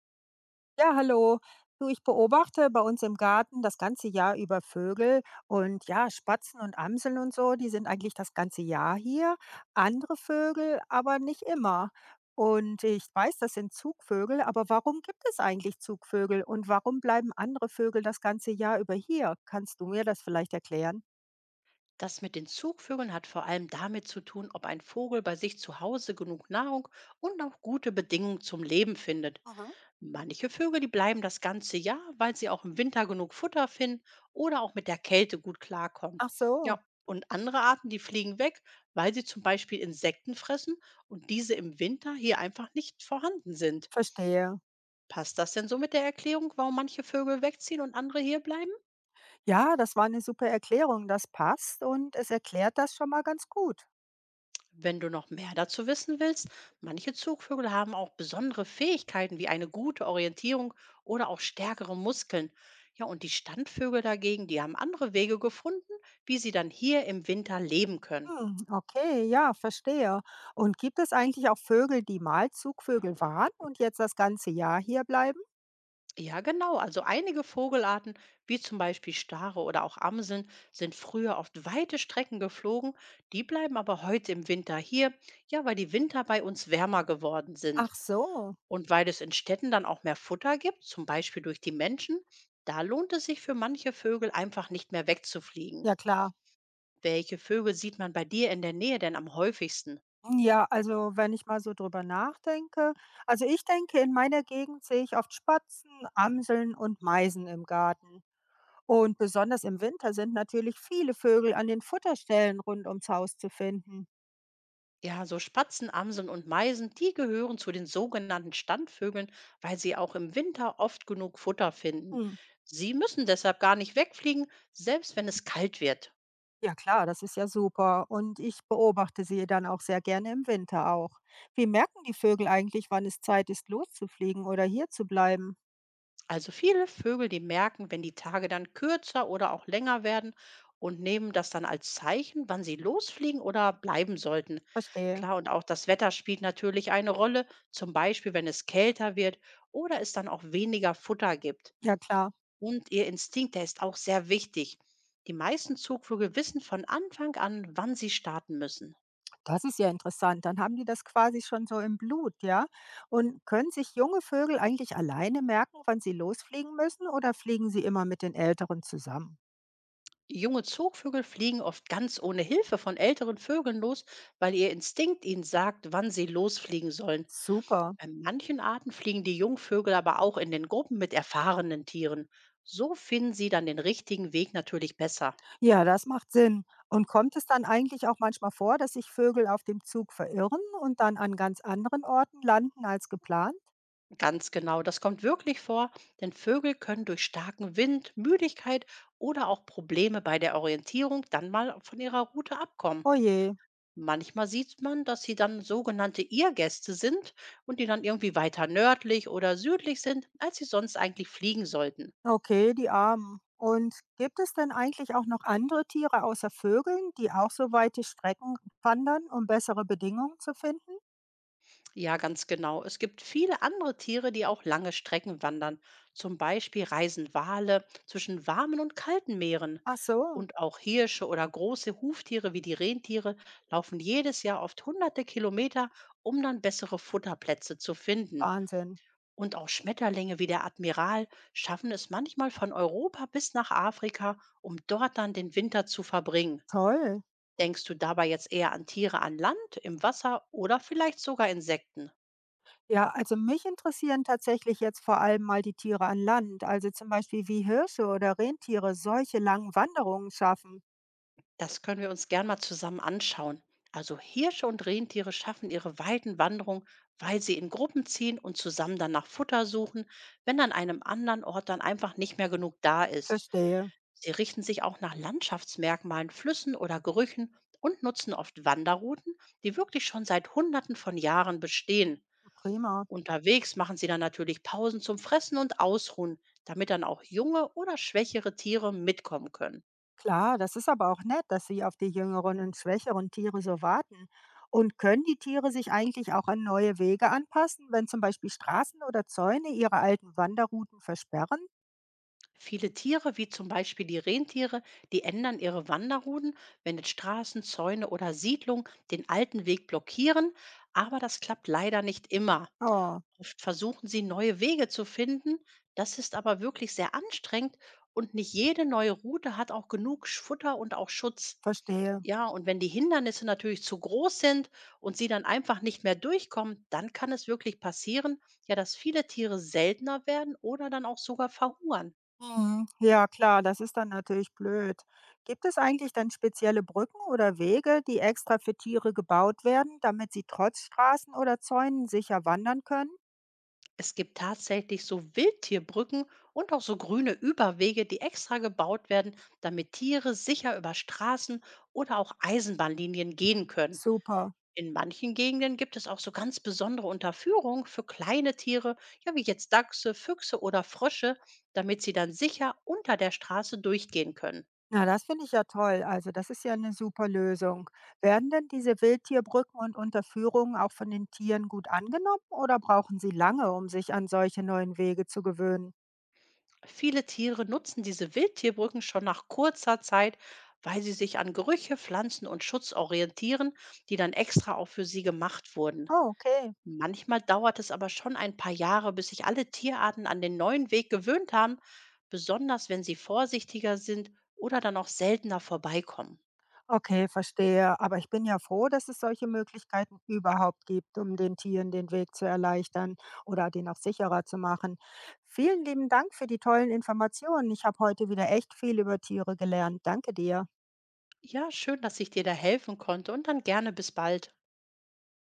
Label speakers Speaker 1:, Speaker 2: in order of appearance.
Speaker 1: Ja, hallo. Du, ich beobachte bei uns im Garten das ganze Jahr über Vögel und ja, Spatzen und Amseln und so, die sind eigentlich das ganze Jahr hier. Andere Vögel aber nicht immer. Und ich weiß, das sind Zugvögel, aber warum gibt es eigentlich Zugvögel und warum bleiben andere Vögel das ganze Jahr über hier? Kannst du mir das vielleicht erklären?
Speaker 2: Das mit den Zugvögeln hat vor allem damit zu tun, ob ein Vogel bei sich zu Hause genug Nahrung und auch gute Bedingungen zum Leben findet.
Speaker 1: Mhm.
Speaker 2: Manche Vögel, die bleiben das ganze Jahr, weil sie auch im Winter genug Futter finden oder auch mit der Kälte gut klarkommen.
Speaker 1: Ach so,
Speaker 2: Ja, und andere Arten, die fliegen weg, weil sie zum Beispiel Insekten fressen und diese im Winter hier einfach nicht vorhanden sind.
Speaker 1: verstehe.
Speaker 2: Passt das denn so mit der Erklärung, warum manche Vögel wegziehen und andere hier bleiben?
Speaker 1: Ja, das war eine super Erklärung, das passt und es erklärt das schon mal ganz gut.
Speaker 2: Wenn du noch mehr dazu wissen willst, manche Zugvögel haben auch besondere Fähigkeiten wie eine gute Orientierung oder auch stärkere Muskeln. Ja, und die Standvögel dagegen, die haben andere Wege gefunden, wie sie dann hier im Winter leben können.
Speaker 1: Hm, okay, ja, verstehe. Und gibt es eigentlich auch Vögel, die mal Zugvögel waren und jetzt das ganze Jahr hier bleiben?
Speaker 2: Ja, genau. Also einige Vogelarten, wie zum Beispiel Stare oder auch Amseln, sind früher oft weite Strecken geflogen. Die bleiben aber heute im Winter hier, ja, weil die Winter bei uns wärmer geworden sind.
Speaker 1: Ach so,
Speaker 2: Und weil es in Städten dann auch mehr Futter gibt, zum Beispiel durch die Menschen, da lohnt es sich für manche Vögel einfach nicht mehr wegzufliegen.
Speaker 1: ja klar.
Speaker 2: Welche Vögel sieht man bei dir in der Nähe denn am häufigsten?
Speaker 1: Ja, also wenn ich mal so drüber nachdenke, also ich denke, in meiner Gegend sehe ich oft Spatzen, Amseln und Meisen im Garten. Und besonders im Winter sind natürlich viele Vögel an den Futterstellen rund ums Haus zu finden.
Speaker 2: Ja, so Spatzen, Amseln und Meisen, die gehören zu den sogenannten Standvögeln, weil sie auch im Winter oft genug Futter finden.
Speaker 1: Hm.
Speaker 2: Sie müssen deshalb gar nicht wegfliegen, selbst wenn es kalt wird.
Speaker 1: Ja klar, das ist ja super. Und ich beobachte sie dann auch sehr gerne im Winter auch. Wie merken die Vögel eigentlich, wann es Zeit ist, loszufliegen oder hier zu bleiben?
Speaker 2: Also viele Vögel, die merken, wenn die Tage dann kürzer oder auch länger werden und nehmen das dann als Zeichen, wann sie losfliegen oder bleiben sollten.
Speaker 1: Verstehe.
Speaker 2: Klar, und auch das Wetter spielt natürlich eine Rolle, zum Beispiel wenn es kälter wird oder es dann auch weniger Futter gibt.
Speaker 1: Ja klar,
Speaker 2: Und ihr Instinkt, der ist auch sehr wichtig. Die meisten Zugvögel wissen von Anfang an, wann sie starten müssen.
Speaker 1: das ist ja interessant. Dann haben die das quasi schon so im Blut, ja? Und können sich junge Vögel eigentlich alleine merken, wann sie losfliegen müssen oder fliegen sie immer mit den Älteren zusammen?
Speaker 2: Junge Zugvögel fliegen oft ganz ohne Hilfe von älteren Vögeln los, weil ihr Instinkt ihnen sagt, wann sie losfliegen sollen.
Speaker 1: Super.
Speaker 2: Bei manchen Arten fliegen die Jungvögel aber auch in den Gruppen mit erfahrenen Tieren. So finden sie dann den richtigen Weg natürlich besser.
Speaker 1: Ja, das macht Sinn. Und kommt es dann eigentlich auch manchmal vor, dass sich Vögel auf dem Zug verirren und dann an ganz anderen Orten landen als geplant?
Speaker 2: Ganz genau, das kommt wirklich vor, denn Vögel können durch starken Wind, Müdigkeit oder auch Probleme bei der Orientierung dann mal von ihrer Route abkommen.
Speaker 1: Oh je,
Speaker 2: Manchmal sieht man, dass sie dann sogenannte Irrgäste sind und die dann irgendwie weiter nördlich oder südlich sind, als sie sonst eigentlich fliegen sollten.
Speaker 1: okay, die Armen. Und gibt es denn eigentlich auch noch andere Tiere außer Vögeln, die auch so weite Strecken wandern, um bessere Bedingungen zu finden?
Speaker 2: Ja, ganz genau. Es gibt viele andere Tiere, die auch lange Strecken wandern. Zum Beispiel reisen Wale zwischen warmen und kalten Meeren.
Speaker 1: Ach so,
Speaker 2: Und auch Hirsche oder große Huftiere wie die Rentiere laufen jedes Jahr oft hunderte Kilometer, um dann bessere Futterplätze zu finden.
Speaker 1: Wahnsinn.
Speaker 2: Und auch Schmetterlinge wie der Admiral schaffen es manchmal von Europa bis nach Afrika, um dort dann den Winter zu verbringen.
Speaker 1: Toll.
Speaker 2: Denkst du dabei jetzt eher an Tiere an Land, im Wasser oder vielleicht sogar Insekten?
Speaker 1: Ja, also mich interessieren tatsächlich jetzt vor allem mal die Tiere an Land, also zum Beispiel wie Hirsche oder Rentiere solche langen Wanderungen schaffen.
Speaker 2: Das können wir uns gern mal zusammen anschauen. Also Hirsche und Rentiere schaffen ihre weiten Wanderungen, weil sie in Gruppen ziehen und zusammen dann nach Futter suchen, wenn an einem anderen Ort dann einfach nicht mehr genug da ist.
Speaker 1: Verstehe.
Speaker 2: Sie richten sich auch nach Landschaftsmerkmalen, Flüssen oder Gerüchen und nutzen oft Wanderrouten, die wirklich schon seit Hunderten von Jahren bestehen.
Speaker 1: Prima.
Speaker 2: Unterwegs machen sie dann natürlich Pausen zum Fressen und Ausruhen, damit dann auch junge oder schwächere Tiere mitkommen können.
Speaker 1: Klar, das ist aber auch nett, dass sie auf die jüngeren und schwächeren Tiere so warten. Und können die Tiere sich eigentlich auch an neue Wege anpassen, wenn zum Beispiel Straßen oder Zäune ihre alten Wanderrouten versperren?
Speaker 2: Viele Tiere, wie zum Beispiel die Rentiere, die ändern ihre Wanderrouten, wenn jetzt Straßen, Zäune oder Siedlungen den alten Weg blockieren, aber das klappt leider nicht immer.
Speaker 1: Oh,
Speaker 2: Oft versuchen sie neue Wege zu finden, das ist aber wirklich sehr anstrengend und nicht jede neue Route hat auch genug Futter und auch Schutz.
Speaker 1: verstehe.
Speaker 2: Ja, und wenn die Hindernisse natürlich zu groß sind und sie dann einfach nicht mehr durchkommen, dann kann es wirklich passieren, ja, dass viele Tiere seltener werden oder dann auch sogar verhungern.
Speaker 1: Mhm. Ja, klar, das ist dann natürlich blöd. Gibt es eigentlich dann spezielle Brücken oder Wege, die extra für Tiere gebaut werden, damit sie trotz Straßen oder Zäunen sicher wandern können?
Speaker 2: Es gibt tatsächlich so Wildtierbrücken und auch so grüne Überwege, die extra gebaut werden, damit Tiere sicher über Straßen oder auch Eisenbahnlinien gehen können.
Speaker 1: Super.
Speaker 2: In manchen Gegenden gibt es auch so ganz besondere Unterführungen für kleine Tiere, ja wie jetzt Dachse, Füchse oder Frösche, damit sie dann sicher unter der Straße durchgehen können.
Speaker 1: Na, das finde ich ja toll. Also, das ist ja eine super Lösung. Werden denn diese Wildtierbrücken und Unterführungen auch von den Tieren gut angenommen oder brauchen sie lange, um sich an solche neuen Wege zu gewöhnen?
Speaker 2: Viele Tiere nutzen diese Wildtierbrücken schon nach kurzer Zeit, weil sie sich an Gerüche, Pflanzen und Schutz orientieren, die dann extra auch für sie gemacht wurden.
Speaker 1: Oh, okay.
Speaker 2: Manchmal dauert es aber schon ein paar Jahre, bis sich alle Tierarten an den neuen Weg gewöhnt haben, besonders wenn sie vorsichtiger sind oder dann auch seltener vorbeikommen.
Speaker 1: Okay, verstehe. Aber ich bin ja froh, dass es solche Möglichkeiten überhaupt gibt, um den Tieren den Weg zu erleichtern oder den auch sicherer zu machen. Vielen lieben Dank für die tollen Informationen. Ich habe heute wieder echt viel über Tiere gelernt. Danke dir.
Speaker 2: Ja, schön, dass ich dir da helfen konnte und dann gerne bis bald.